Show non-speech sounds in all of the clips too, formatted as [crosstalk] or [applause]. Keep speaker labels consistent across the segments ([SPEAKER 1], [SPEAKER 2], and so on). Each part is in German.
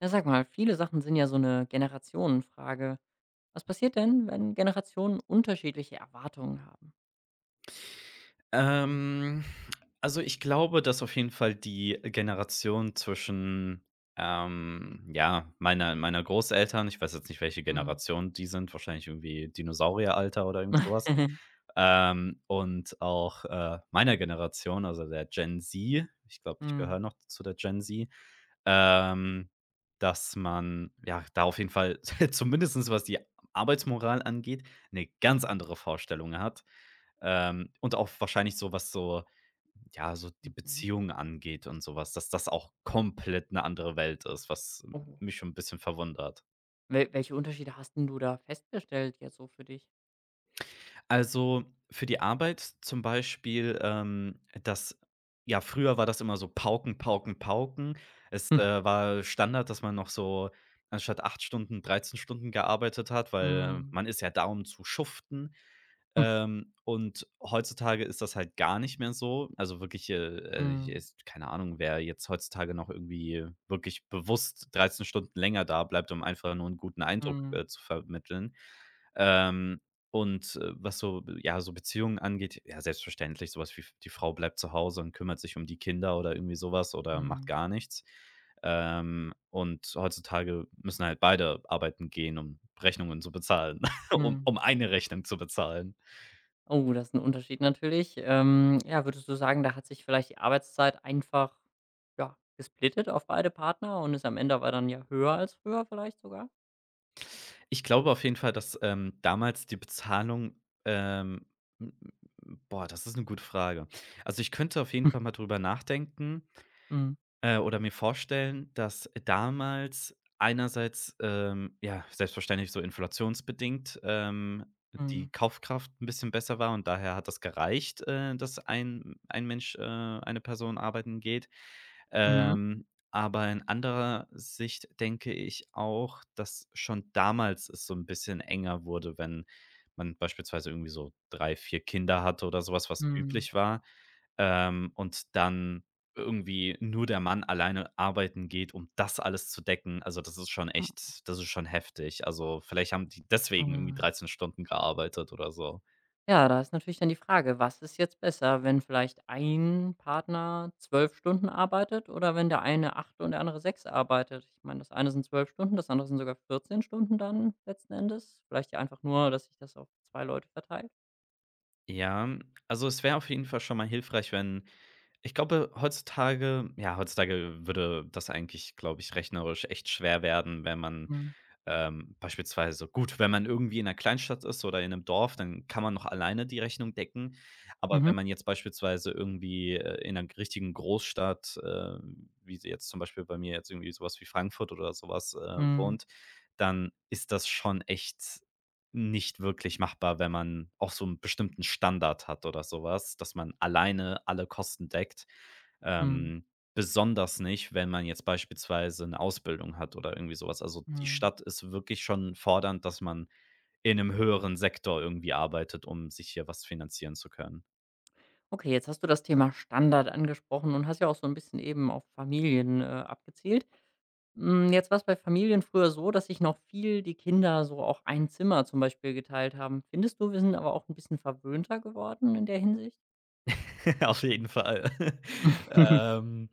[SPEAKER 1] Ja, sag mal, viele Sachen sind ja so eine Generationenfrage. Was passiert denn, wenn Generationen unterschiedliche Erwartungen haben?
[SPEAKER 2] Ähm, also, ich glaube, dass auf jeden Fall die Generation zwischen, ja, meiner Großeltern, ich weiß jetzt nicht, welche
[SPEAKER 1] Mhm.
[SPEAKER 2] Generation die sind, wahrscheinlich irgendwie Dinosaurieralter oder irgend sowas,
[SPEAKER 1] Mhm. [laughs]
[SPEAKER 2] und auch, meiner Generation, also der Gen Z, ich glaube, ich gehöre noch zu der Gen Z, ähm, dass man, ja, da auf jeden Fall [laughs] zumindest, was die Arbeitsmoral angeht, eine ganz andere Vorstellung hat. Und auch wahrscheinlich so, was so, ja, so die
[SPEAKER 1] Mhm.
[SPEAKER 2] Beziehungen angeht und sowas, dass das auch komplett eine andere Welt ist, was
[SPEAKER 1] Oh,
[SPEAKER 2] mich schon ein bisschen verwundert.
[SPEAKER 1] welche Unterschiede hast 'n du da festgestellt jetzt so für dich?
[SPEAKER 2] Also, für die Arbeit zum Beispiel, das ja, früher war das immer so pauken, pauken, pauken. Es,
[SPEAKER 1] Hm.
[SPEAKER 2] äh, war Standard, dass man noch so anstatt 8 Stunden, 13 Stunden gearbeitet hat, weil,
[SPEAKER 1] Mhm.
[SPEAKER 2] man ist ja da, um zu schuften.
[SPEAKER 1] Hm.
[SPEAKER 2] Und heutzutage ist das halt gar nicht mehr so. Also, wirklich,
[SPEAKER 1] Mhm.
[SPEAKER 2] ist keine Ahnung, wer jetzt heutzutage noch irgendwie wirklich bewusst 13 Stunden länger da bleibt, um einfach nur einen guten Eindruck
[SPEAKER 1] Mhm.
[SPEAKER 2] zu vermitteln. Ähm und, was so, ja, so Beziehungen angeht, ja, selbstverständlich sowas wie die Frau bleibt zu Hause und kümmert sich um die Kinder oder irgendwie sowas oder macht
[SPEAKER 1] Mhm.
[SPEAKER 2] gar nichts. Und heutzutage müssen halt beide arbeiten gehen, um Rechnungen zu bezahlen, [laughs] um
[SPEAKER 1] Mhm.
[SPEAKER 2] um eine Rechnung zu bezahlen.
[SPEAKER 1] Oh, das ist 'n Unterschied natürlich. Ja, würdest du sagen, da hat sich vielleicht die Arbeitszeit einfach, ja, gesplittet auf beide Partner und ist am Ende aber dann ja höher als früher vielleicht sogar?
[SPEAKER 2] Ich glaube auf jeden Fall, dass, damals die Bezahlung, ähm, m m boah, das ist eine gute Frage. Also, ich könnte auf jeden Fall mal drüber nachdenken,
[SPEAKER 1] Mhm.
[SPEAKER 2] Äh, oder mir vorstellen, dass damals einerseits, ja, selbstverständlich so inflationsbedingt,
[SPEAKER 1] Mhm.
[SPEAKER 2] die Kaufkraft ein bisschen besser war und daher hat das gereicht, dass ein Mensch, eine Person arbeiten geht.
[SPEAKER 1] Mhm.
[SPEAKER 2] Ähm, aber in anderer Sicht denke ich auch, dass schon damals es so ein bisschen enger wurde, wenn man beispielsweise irgendwie so 3 4 Kinder hatte oder sowas, was
[SPEAKER 1] Mhm.
[SPEAKER 2] üblich war, und dann irgendwie nur der Mann alleine arbeiten geht, um das alles zu decken. Also, das ist schon echt, das ist schon heftig. Also, vielleicht haben die deswegen irgendwie
[SPEAKER 1] Mhm.
[SPEAKER 2] 13 Stunden gearbeitet oder so.
[SPEAKER 1] Ja, da ist natürlich dann die Frage, was ist jetzt besser, wenn vielleicht ein Partner 12 Stunden arbeitet oder wenn der eine 8 und der andere 6 arbeitet? Ich meine, das eine sind 12 Stunden, das andere sind sogar 14 Stunden dann letzten Endes. Vielleicht ja einfach nur, dass sich das auf 2 Leute verteilt.
[SPEAKER 2] Ja, also es wäre auf jeden Fall schon mal hilfreich, wenn ich glaube, heutzutage, ja, heutzutage würde das eigentlich, glaube ich, rechnerisch echt schwer werden, wenn man
[SPEAKER 1] Mhm.
[SPEAKER 2] beispielsweise so, gut, wenn man irgendwie in einer Kleinstadt ist oder in einem Dorf, dann kann man noch alleine die Rechnung decken. Aber wenn
[SPEAKER 1] Mhm.
[SPEAKER 2] man jetzt beispielsweise irgendwie, in einer richtigen Großstadt, wie sie jetzt zum Beispiel bei mir jetzt irgendwie sowas wie Frankfurt oder sowas
[SPEAKER 1] Mhm.
[SPEAKER 2] wohnt, dann ist das schon echt nicht wirklich machbar, wenn man auch so einen bestimmten Standard hat oder sowas, dass man alleine alle Kosten deckt.
[SPEAKER 1] Mhm.
[SPEAKER 2] Ähm. Besonders nicht, wenn man jetzt beispielsweise 'ne Ausbildung hat oder irgendwie so was. Also, die
[SPEAKER 1] Mhm.
[SPEAKER 2] Stadt ist wirklich schon fordernd, dass man in 'nem höheren Sektor irgendwie arbeitet, um sich hier was finanzieren zu können.
[SPEAKER 1] Okay, jetzt hast du das Thema Standard angesprochen und hast ja auch so ein bisschen eben auf Familien, abgezielt. Hm, jetzt war es bei Familien früher so, dass sich noch viel die Kinder so auch ein Zimmer zum Beispiel geteilt haben. Findest du, wir sind aber auch ein bisschen verwöhnter geworden in der Hinsicht?
[SPEAKER 2] [laughs] Auf jeden Fall. [laughs]
[SPEAKER 1] [laughs]
[SPEAKER 2] Ähm.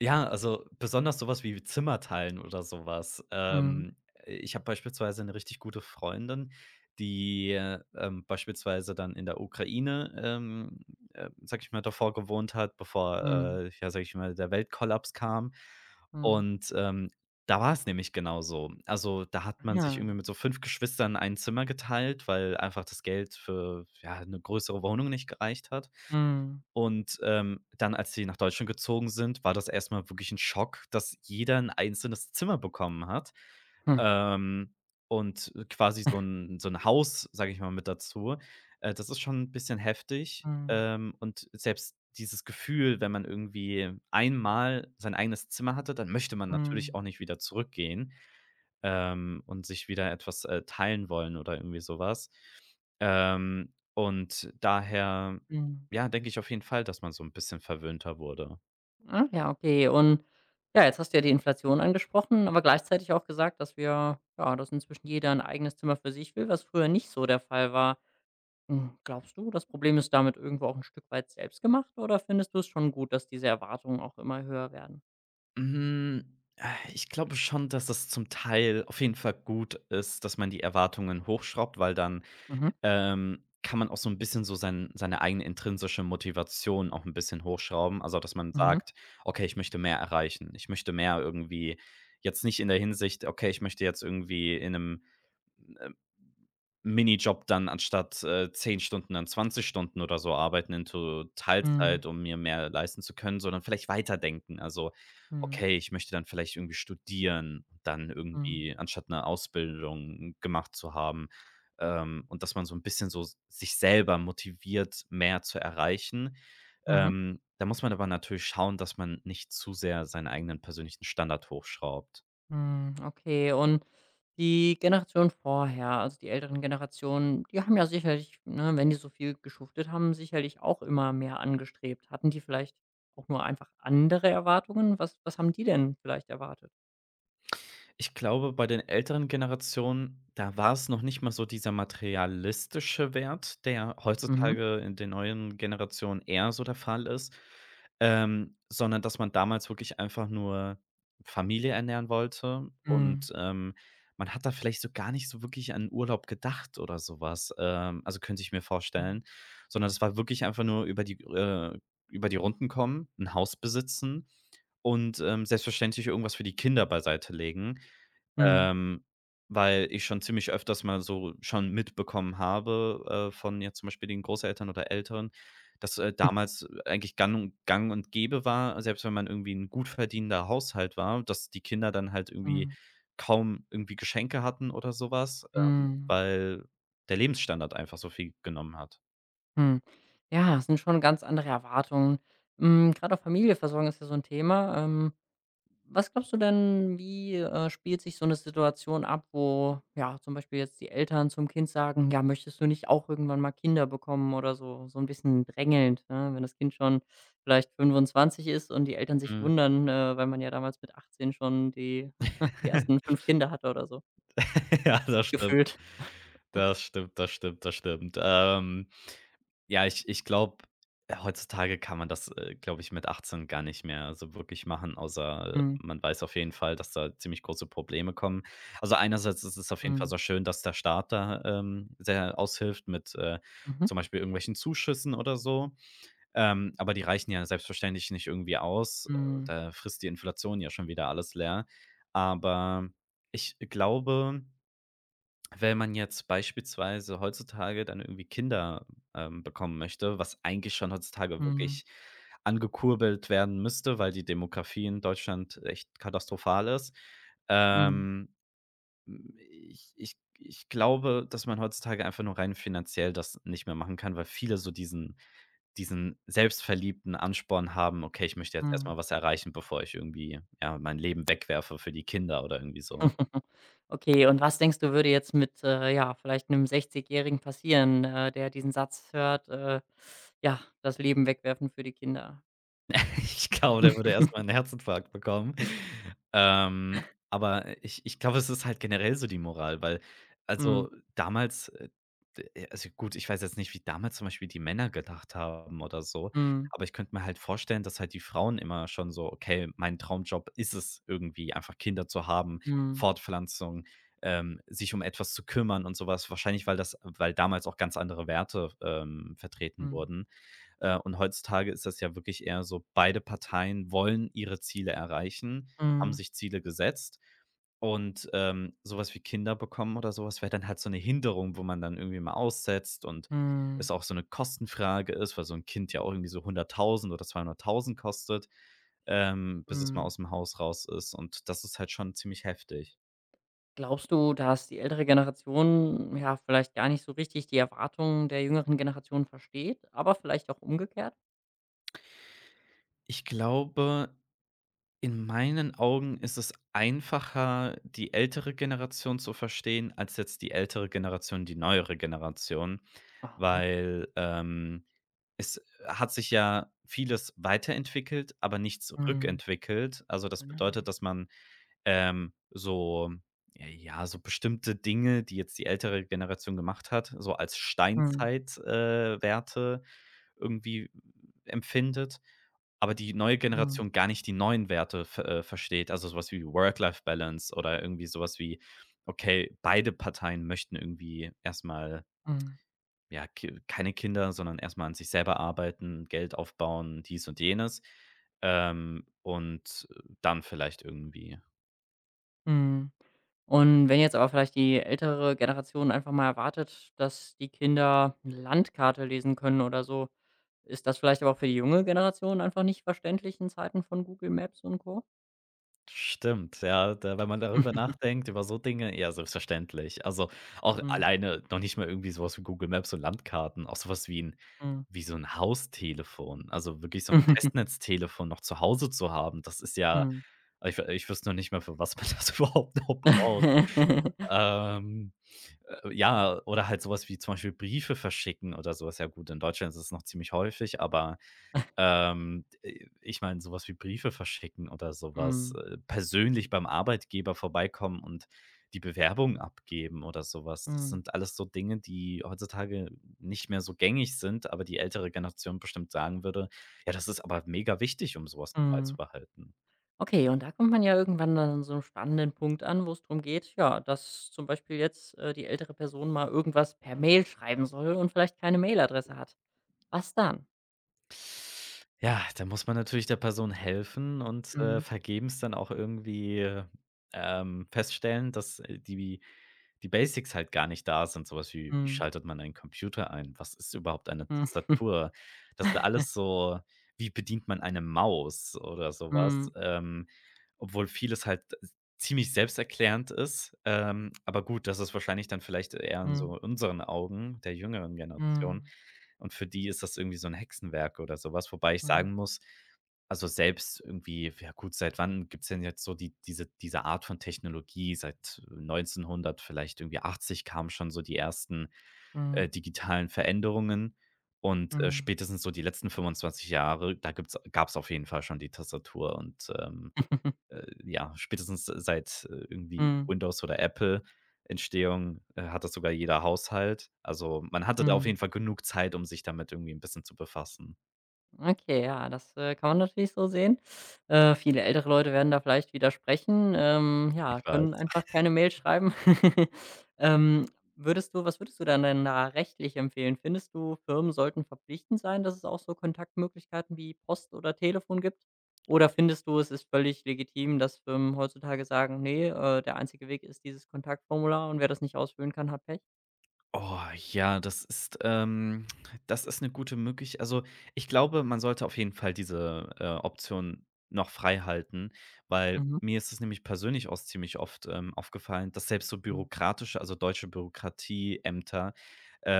[SPEAKER 2] Ja, also besonders sowas wie Zimmer teilen oder sowas.
[SPEAKER 1] Mhm.
[SPEAKER 2] Ich habe beispielsweise eine richtig gute Freundin, die, beispielsweise dann in der Ukraine, sage ich mal, davor gewohnt hat, bevor,
[SPEAKER 1] Mhm.
[SPEAKER 2] äh, ja, sag ich mal, der Weltkollaps kam.
[SPEAKER 1] Mhm.
[SPEAKER 2] Und, da war es nämlich genauso. Also, da hat man sich
[SPEAKER 1] Ja.
[SPEAKER 2] irgendwie mit so 5 Geschwistern ein Zimmer geteilt, weil einfach das Geld für, ja, eine größere Wohnung nicht gereicht hat.
[SPEAKER 1] Mhm.
[SPEAKER 2] Und, dann, als sie nach Deutschland gezogen sind, war das erst mal wirklich ein Schock, dass jeder ein einzelnes Zimmer bekommen hat,
[SPEAKER 1] Hm.
[SPEAKER 2] ähm, und quasi so ein Haus, sage ich mal, mit dazu. Das ist schon ein bisschen heftig,
[SPEAKER 1] Mhm.
[SPEAKER 2] ähm, und selbst dieses Gefühl, wenn man irgendwie einmal sein eigenes Zimmer hatte, dann möchte man natürlich
[SPEAKER 1] Mhm.
[SPEAKER 2] auch nicht wieder zurückgehen und sich wieder etwas, teilen wollen oder irgendwie sowas. Und daher,
[SPEAKER 1] Mhm.
[SPEAKER 2] ja, denke ich auf jeden Fall, dass man so ein bisschen verwöhnter wurde.
[SPEAKER 1] Ah ja, okay. Und ja, jetzt hast du ja die Inflation angesprochen, aber gleichzeitig auch gesagt, dass wir ja, dass inzwischen jeder ein eigenes Zimmer für sich will, was früher nicht so der Fall war. Hm, glaubst du, das Problem ist damit irgendwo auch ein Stück weit selbst gemacht oder findest du es schon gut, dass diese Erwartungen auch immer höher werden?
[SPEAKER 2] Hm, ich glaube schon, dass es zum Teil auf jeden Fall gut ist, dass man die Erwartungen hochschraubt, weil dann,
[SPEAKER 1] Mhm,
[SPEAKER 2] ähm, kann man auch so ein bisschen so seine eigene intrinsische Motivation auch ein bisschen hochschrauben. Also, dass man
[SPEAKER 1] mhm,
[SPEAKER 2] sagt: „Okay, ich möchte mehr erreichen. Ich möchte mehr irgendwie“, jetzt nicht in der Hinsicht: „Okay, ich möchte jetzt irgendwie in einem äh, Minijob dann anstatt, 10 Stunden dann 20 Stunden oder so arbeiten into
[SPEAKER 1] mhm,
[SPEAKER 2] Teilzeit, um mir mehr leisten zu können“, sondern vielleicht weiterdenken. Also:
[SPEAKER 1] mhm,
[SPEAKER 2] „Okay, ich möchte dann vielleicht irgendwie studieren“, dann
[SPEAKER 1] mhm,
[SPEAKER 2] irgendwie anstatt eine Ausbildung gemacht zu haben, und dass man so ein bisschen so s sich selber motiviert, mehr zu erreichen.
[SPEAKER 1] mhm,
[SPEAKER 2] Da muss man aber natürlich schauen, dass man nicht zu sehr seinen eigenen persönlichen Standard hochschraubt.
[SPEAKER 1] mhm, okay. Und die Generation vorher, also die älteren Generationen, die haben ja sicherlich, ne, wenn die so viel geschuftet haben, sicherlich auch immer mehr angestrebt. Hatten die vielleicht auch nur einfach andere Erwartungen? Was haben die denn vielleicht erwartet?
[SPEAKER 2] Ich glaube, bei den älteren Generationen, da war es noch nicht mal so dieser materialistische Wert, der
[SPEAKER 1] Mhm,
[SPEAKER 2] heutzutage in den neuen Generationen eher so der Fall ist, sondern dass man damals wirklich einfach nur Familie ernähren wollte
[SPEAKER 1] mhm,
[SPEAKER 2] und, man hat da vielleicht so gar nicht so wirklich an Urlaub gedacht oder sowas. Also könnte ich mir
[SPEAKER 1] mhm,
[SPEAKER 2] vorstellen, sondern es war wirklich einfach nur über die Runden kommen, ein Haus besitzen und, selbstverständlich irgendwas für die Kinder beiseite legen.
[SPEAKER 1] mhm,
[SPEAKER 2] Ähm, Weil ich schon ziemlich öfters mal so schon mitbekommen habe, von jetzt zum Beispiel den Großeltern oder Eltern, dass,
[SPEAKER 1] hm,
[SPEAKER 2] damals eigentlich gang und gäbe war, selbst wenn man irgendwie ein gut verdienender Haushalt war, dass die Kinder dann halt irgendwie
[SPEAKER 1] mhm,
[SPEAKER 2] kaum irgendwie Geschenke hatten oder sowas,
[SPEAKER 1] mhm.
[SPEAKER 2] weil der Lebensstandard einfach so viel genommen hat.
[SPEAKER 1] Hm. Ja, es sind schon ganz andere Erwartungen. Hm, grad auch Familie versorgen ist ja so ein Thema. Was glaubst du denn, wie, spielt sich so eine Situation ab, wo, ja, zum Beispiel jetzt die Eltern zum Kind sagen: „Ja, möchtest du nicht auch irgendwann mal Kinder bekommen?“ Oder so so ein bisschen drängelnd, ne? Wenn das Kind schon vielleicht 25 ist und die Eltern sich
[SPEAKER 2] Mhm.
[SPEAKER 1] wundern, weil man ja damals mit 18 schon die [laughs] die ersten
[SPEAKER 2] [laughs]
[SPEAKER 1] fünf Kinder hatte oder so
[SPEAKER 2] Ja, das stimmt.
[SPEAKER 1] gefühlt.
[SPEAKER 2] Das stimmt, das stimmt, das stimmt. Ja, ich glaube, heutzutage kann man das, glaube ich, mit 18 gar nicht mehr so wirklich machen, außer,
[SPEAKER 1] Mhm.
[SPEAKER 2] man weiß auf jeden Fall, dass da ziemlich große Probleme kommen. Also, einerseits ist es auf jeden Fall
[SPEAKER 1] Mhm.
[SPEAKER 2] so schön, dass der Staat da, sehr aushilft mit,
[SPEAKER 1] Mhm.
[SPEAKER 2] zum Beispiel irgendwelchen Zuschüssen oder so. Aber die reichen ja selbstverständlich nicht irgendwie aus.
[SPEAKER 1] Mhm.
[SPEAKER 2] Da frisst die Inflation ja schon wieder alles leer. Aber ich glaube, wenn man jetzt beispielsweise heutzutage dann irgendwie Kinder, bekommen möchte, was eigentlich schon heutzutage
[SPEAKER 1] Mhm.
[SPEAKER 2] wirklich angekurbelt werden müsste, weil die Demografie in Deutschland echt katastrophal ist.
[SPEAKER 1] Mhm.
[SPEAKER 2] Ähm, ich glaube, dass man heutzutage einfach nur rein finanziell das nicht mehr machen kann, weil viele so diesen selbstverliebten Ansporn haben: „Okay, ich möchte jetzt
[SPEAKER 1] Mhm.
[SPEAKER 2] erstmal was erreichen, bevor ich irgendwie, ja, mein Leben wegwerfe für die Kinder“ oder irgendwie so.
[SPEAKER 1] [laughs] Okay, und was denkst du, würde jetzt mit, ja, vielleicht 'nem Sechzigjährigen passieren, der diesen Satz hört, ja, das Leben wegwerfen für die Kinder?
[SPEAKER 2] [laughs] Ich glaube, der würde erst mal
[SPEAKER 1] [laughs]
[SPEAKER 2] 'n Herzinfarkt bekommen. Aber ich glaube, es ist halt generell so die Moral, weil,
[SPEAKER 1] Mhm.
[SPEAKER 2] also, damals, d also, gut, ich weiß jetzt nicht, wie damals zum Beispiel die Männer gedacht haben oder so,
[SPEAKER 1] Mhm.
[SPEAKER 2] aber ich könnte mir halt vorstellen, dass halt die Frauen immer schon so: „Okay, mein Traumjob ist es irgendwie, einfach Kinder zu haben,
[SPEAKER 1] Mhm.
[SPEAKER 2] Fortpflanzung, sich um etwas zu kümmern“ und sowas. Wahrscheinlich, weil damals auch ganz andere Werte, vertreten
[SPEAKER 1] Mhm.
[SPEAKER 2] wurden. Und heutzutage ist das ja wirklich eher so, beide Parteien wollen ihre Ziele erreichen, haben
[SPEAKER 1] Mhm.
[SPEAKER 2] sich Ziele gesetzt. Und, so wie Kinder bekommen oder sowas wäre dann halt so eine Hinderung, wo man dann irgendwie mal aussetzt und
[SPEAKER 1] Mhm.
[SPEAKER 2] es auch so eine Kostenfrage ist, weil so ein Kind ja auch irgendwie so 100.000 oder 200.000 kostet, bis es mal
[SPEAKER 1] Mhm.
[SPEAKER 2] aus dem Haus raus ist. Und das ist halt schon ziemlich heftig.
[SPEAKER 1] Glaubst du, dass die ältere Generation, ja, vielleicht gar nicht so richtig die Erwartungen der jüngeren Generation versteht, aber vielleicht auch umgekehrt?
[SPEAKER 2] Ich glaube, in meinen Augen ist es einfacher, die ältere Generation zu verstehen, als jetzt die ältere Generation, die neuere Generation,
[SPEAKER 1] Aha.
[SPEAKER 2] weil, es hat sich ja vieles weiterentwickelt, aber nichts
[SPEAKER 1] Mhm.
[SPEAKER 2] rückentwickelt. Also, das bedeutet,
[SPEAKER 1] Mhm.
[SPEAKER 2] dass man, so, ja, so bestimmte Dinge, die jetzt die ältere Generation gemacht hat, so als
[SPEAKER 1] Mhm.
[SPEAKER 2] Steinzeit Werte irgendwie empfindet, aber die neue
[SPEAKER 1] Mhm.
[SPEAKER 2] Generation gar nicht die neuen Werte versteht. Also, sowas wie Work-Life-Balance oder irgendwie sowas wie, okay, beide Parteien möchten irgendwie erstmal,
[SPEAKER 1] Mhm.
[SPEAKER 2] ja, ki keine Kinder, sondern erstmal an sich selber arbeiten, Geld aufbauen, dies und jenes, und dann vielleicht irgendwie.
[SPEAKER 1] Mhm. Und wenn jetzt aber vielleicht die ältere Generation einfach mal erwartet, dass die Kinder 'ne Landkarte lesen können oder so, ist das vielleicht aber auch für die junge Generation einfach nicht verständlich in Zeiten von Google Maps und Co.?
[SPEAKER 2] Stimmt, ja, da, wenn man darüber
[SPEAKER 1] [laughs]
[SPEAKER 2] nachdenkt, über so Dinge, ja, selbstverständlich. Also, auch
[SPEAKER 1] Mhm.
[SPEAKER 2] alleine noch nicht mal irgendwie so was wie Google Maps und Landkarten, auch sowas wie ein
[SPEAKER 1] Mhm.
[SPEAKER 2] wie so ein Haustelefon, also wirklich so ein
[SPEAKER 1] Mhm.
[SPEAKER 2] Festnetztelefon noch zu Hause zu haben, das ist ja,
[SPEAKER 1] Mhm.
[SPEAKER 2] ich wüsste noch nicht mal, für was man [laughs] das überhaupt noch braucht. Ähm, ja, oder halt sowas wie zum Beispiel Briefe verschicken oder sowas. Ja gut, in Deutschland ist es noch ziemlich häufig, aber ich meine, sowas wie Briefe verschicken oder sowas,
[SPEAKER 1] Mhm.
[SPEAKER 2] äh, persönlich beim Arbeitgeber vorbeikommen und die Bewerbung abgeben oder sowas. Das
[SPEAKER 1] Mhm. [laughs]
[SPEAKER 2] sind alles so Dinge, die heutzutage nicht mehr so gängig sind, aber die ältere Generation bestimmt sagen würde: „Ja, das ist aber mega wichtig, um so was noch
[SPEAKER 1] [laughs]
[SPEAKER 2] beizubehalten.“
[SPEAKER 1] Okay, und da kommt man ja irgendwann dann an so 'nem spannenden Punkt an, wo es darum geht, ja, dass zum Beispiel jetzt, die ältere Person mal irgendwas per Mail schreiben soll und vielleicht keine Mailadresse hat. Was dann?
[SPEAKER 2] Ja, da muss man natürlich der Person helfen und,
[SPEAKER 1] Mhm.
[SPEAKER 2] vergebens dann auch irgendwie, feststellen, dass, die Basics halt gar nicht da sind. So was wie: Wie
[SPEAKER 1] Mhm.
[SPEAKER 2] schaltet man einen Computer ein? Was ist überhaupt eine
[SPEAKER 1] Mhm.
[SPEAKER 2] Tastatur? Das sind alles so, wie bedient man eine Maus oder sowas?
[SPEAKER 1] Mhm,
[SPEAKER 2] Obwohl vieles halt ziemlich selbsterklärend ist. Aber gut, das ist wahrscheinlich dann vielleicht eher in so
[SPEAKER 1] mhm,
[SPEAKER 2] unseren Augen, der jüngeren Generation,
[SPEAKER 1] mhm,
[SPEAKER 2] und für die ist das irgendwie so ein Hexenwerk oder sowas. Wobei ich
[SPEAKER 1] mhm,
[SPEAKER 2] sagen muss, also, selbst irgendwie, ja gut, seit wann gibt's denn jetzt so diese Art von Technologie? Seit 1900 vielleicht irgendwie 80 kamen schon so die ersten,
[SPEAKER 1] mhm,
[SPEAKER 2] äh, digitalen Veränderungen und,
[SPEAKER 1] mhm,
[SPEAKER 2] spätestens so die letzten 25 Jahre, da gibt's gab's auf jeden Fall schon die Tastatur und, ähm
[SPEAKER 1] [laughs]
[SPEAKER 2] äh, ja, spätestens seit irgendwie
[SPEAKER 1] mhm,
[SPEAKER 2] Windows oder Apple Entstehung, hat das sogar jeder Haushalt. Also, man hatte da auf
[SPEAKER 1] mhm.
[SPEAKER 2] jeden Fall genug Zeit, um sich damit irgendwie ein bisschen zu befassen.
[SPEAKER 1] Okay, ja, das, kann man natürlich so sehen. Viele ältere Leute werden da vielleicht widersprechen, ja,
[SPEAKER 2] Ich weiß.
[SPEAKER 1] können einfach keine Mail schreiben. [laughs] Ähm, Würdest du dann denn da rechtlich empfehlen? Findest du, Firmen sollten verpflichtend sein, dass es auch so Kontaktmöglichkeiten wie Post oder Telefon gibt? Oder findest du, es ist völlig legitim, dass Firmen heutzutage sagen: nee, der einzige Weg ist dieses Kontaktformular und wer das nicht ausfüllen kann, hat Pech?“
[SPEAKER 2] Oh, ja, das ist eine gute Möglichkeit. Also, ich glaube, man sollte auf jeden Fall diese, Option noch freihalten, weil
[SPEAKER 1] Mhm.
[SPEAKER 2] mir ist es nämlich persönlich auch ziemlich oft, aufgefallen, dass selbst so
[SPEAKER 1] Mhm.
[SPEAKER 2] bürokratische, also deutsche Bürokratieämter,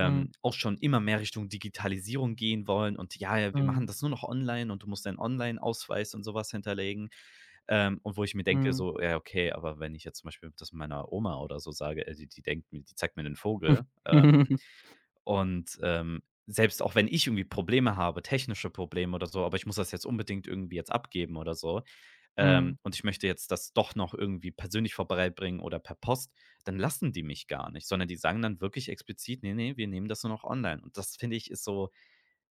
[SPEAKER 1] Mhm.
[SPEAKER 2] auch schon immer mehr Richtung Digitalisierung gehen wollen und: „Ja, ja, wir machen
[SPEAKER 1] Mhm.
[SPEAKER 2] das nur noch online und du musst deinen Onlineausweis und sowas hinterlegen.“ Und wo ich mir denke
[SPEAKER 1] Mhm.
[SPEAKER 2] so: „Ja, okay, aber wenn ich jetzt zum Beispiel das meiner Oma oder so sage, die zeigt mir den Vogel,
[SPEAKER 1] Mhm. [laughs]
[SPEAKER 2] und, selbst auch wenn ich irgendwie Probleme habe, technische Probleme oder so, aber ich muss das jetzt unbedingt irgendwie jetzt abgeben oder so,
[SPEAKER 1] Mhm.
[SPEAKER 2] ähm, und ich möchte jetzt das doch noch irgendwie persönlich vorbeibringen oder per Post, dann lassen die mich gar nicht, sondern die sagen dann wirklich explizit: nee, nee, wir nehmen das nur noch online.“ Und das finde ich, ist so,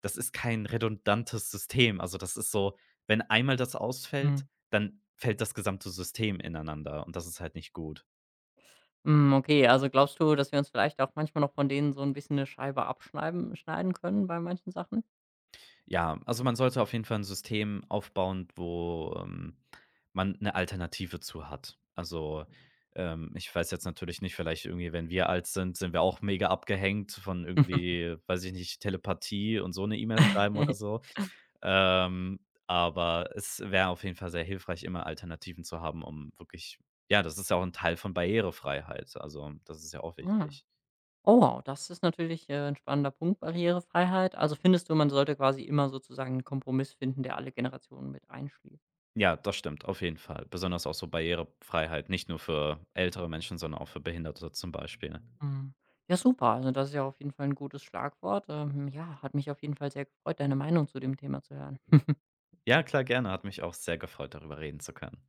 [SPEAKER 2] das ist kein redundantes System. Also, das ist so, wenn einmal das
[SPEAKER 1] Mhm.
[SPEAKER 2] ausfällt, dann fällt das gesamte System ineinander und das ist halt nicht gut.
[SPEAKER 1] Hm, okay, also glaubst du, dass wir uns vielleicht auch manchmal noch von denen so ein bisschen eine Scheibe abschneiden schneiden können bei manchen Sachen?
[SPEAKER 2] Ja, also man sollte auf jeden Fall ein System aufbauen, wo, man eine Alternative zu hat. Also, ich weiß jetzt natürlich nicht, vielleicht irgendwie, wenn wir alt sind, sind wir auch mega abgehängt von irgendwie, weiß ich nicht, Telepathie und so eine E-Mail schreiben oder
[SPEAKER 1] [laughs]
[SPEAKER 2] so. Ähm, aber es wäre auf jeden Fall sehr hilfreich, immer Alternativen zu haben, um wirklich, ja, das ist ja auch ein Teil von Barrierefreiheit. Also, das ist ja auch
[SPEAKER 1] Ah.
[SPEAKER 2] wichtig.
[SPEAKER 1] Oh wow, das ist natürlich, 'n spannender Punkt, Barrierefreiheit. Also findest du, man sollte quasi immer sozusagen einen Kompromiss finden, der alle Generationen mit einschließt?
[SPEAKER 2] Ja, das stimmt, auf jeden Fall. Besonders auch so Barrierefreiheit, nicht nur für ältere Menschen, sondern auch für Behinderte zum Beispiel.
[SPEAKER 1] Mhm. Ja, super. Also das ist ja auf jeden Fall ein gutes Schlagwort. Ja, hat mich auf jeden Fall sehr gefreut, deine Meinung zu dem Thema zu hören.
[SPEAKER 2] Ja, klar, gerne. Hat mich auch sehr gefreut, darüber reden zu können.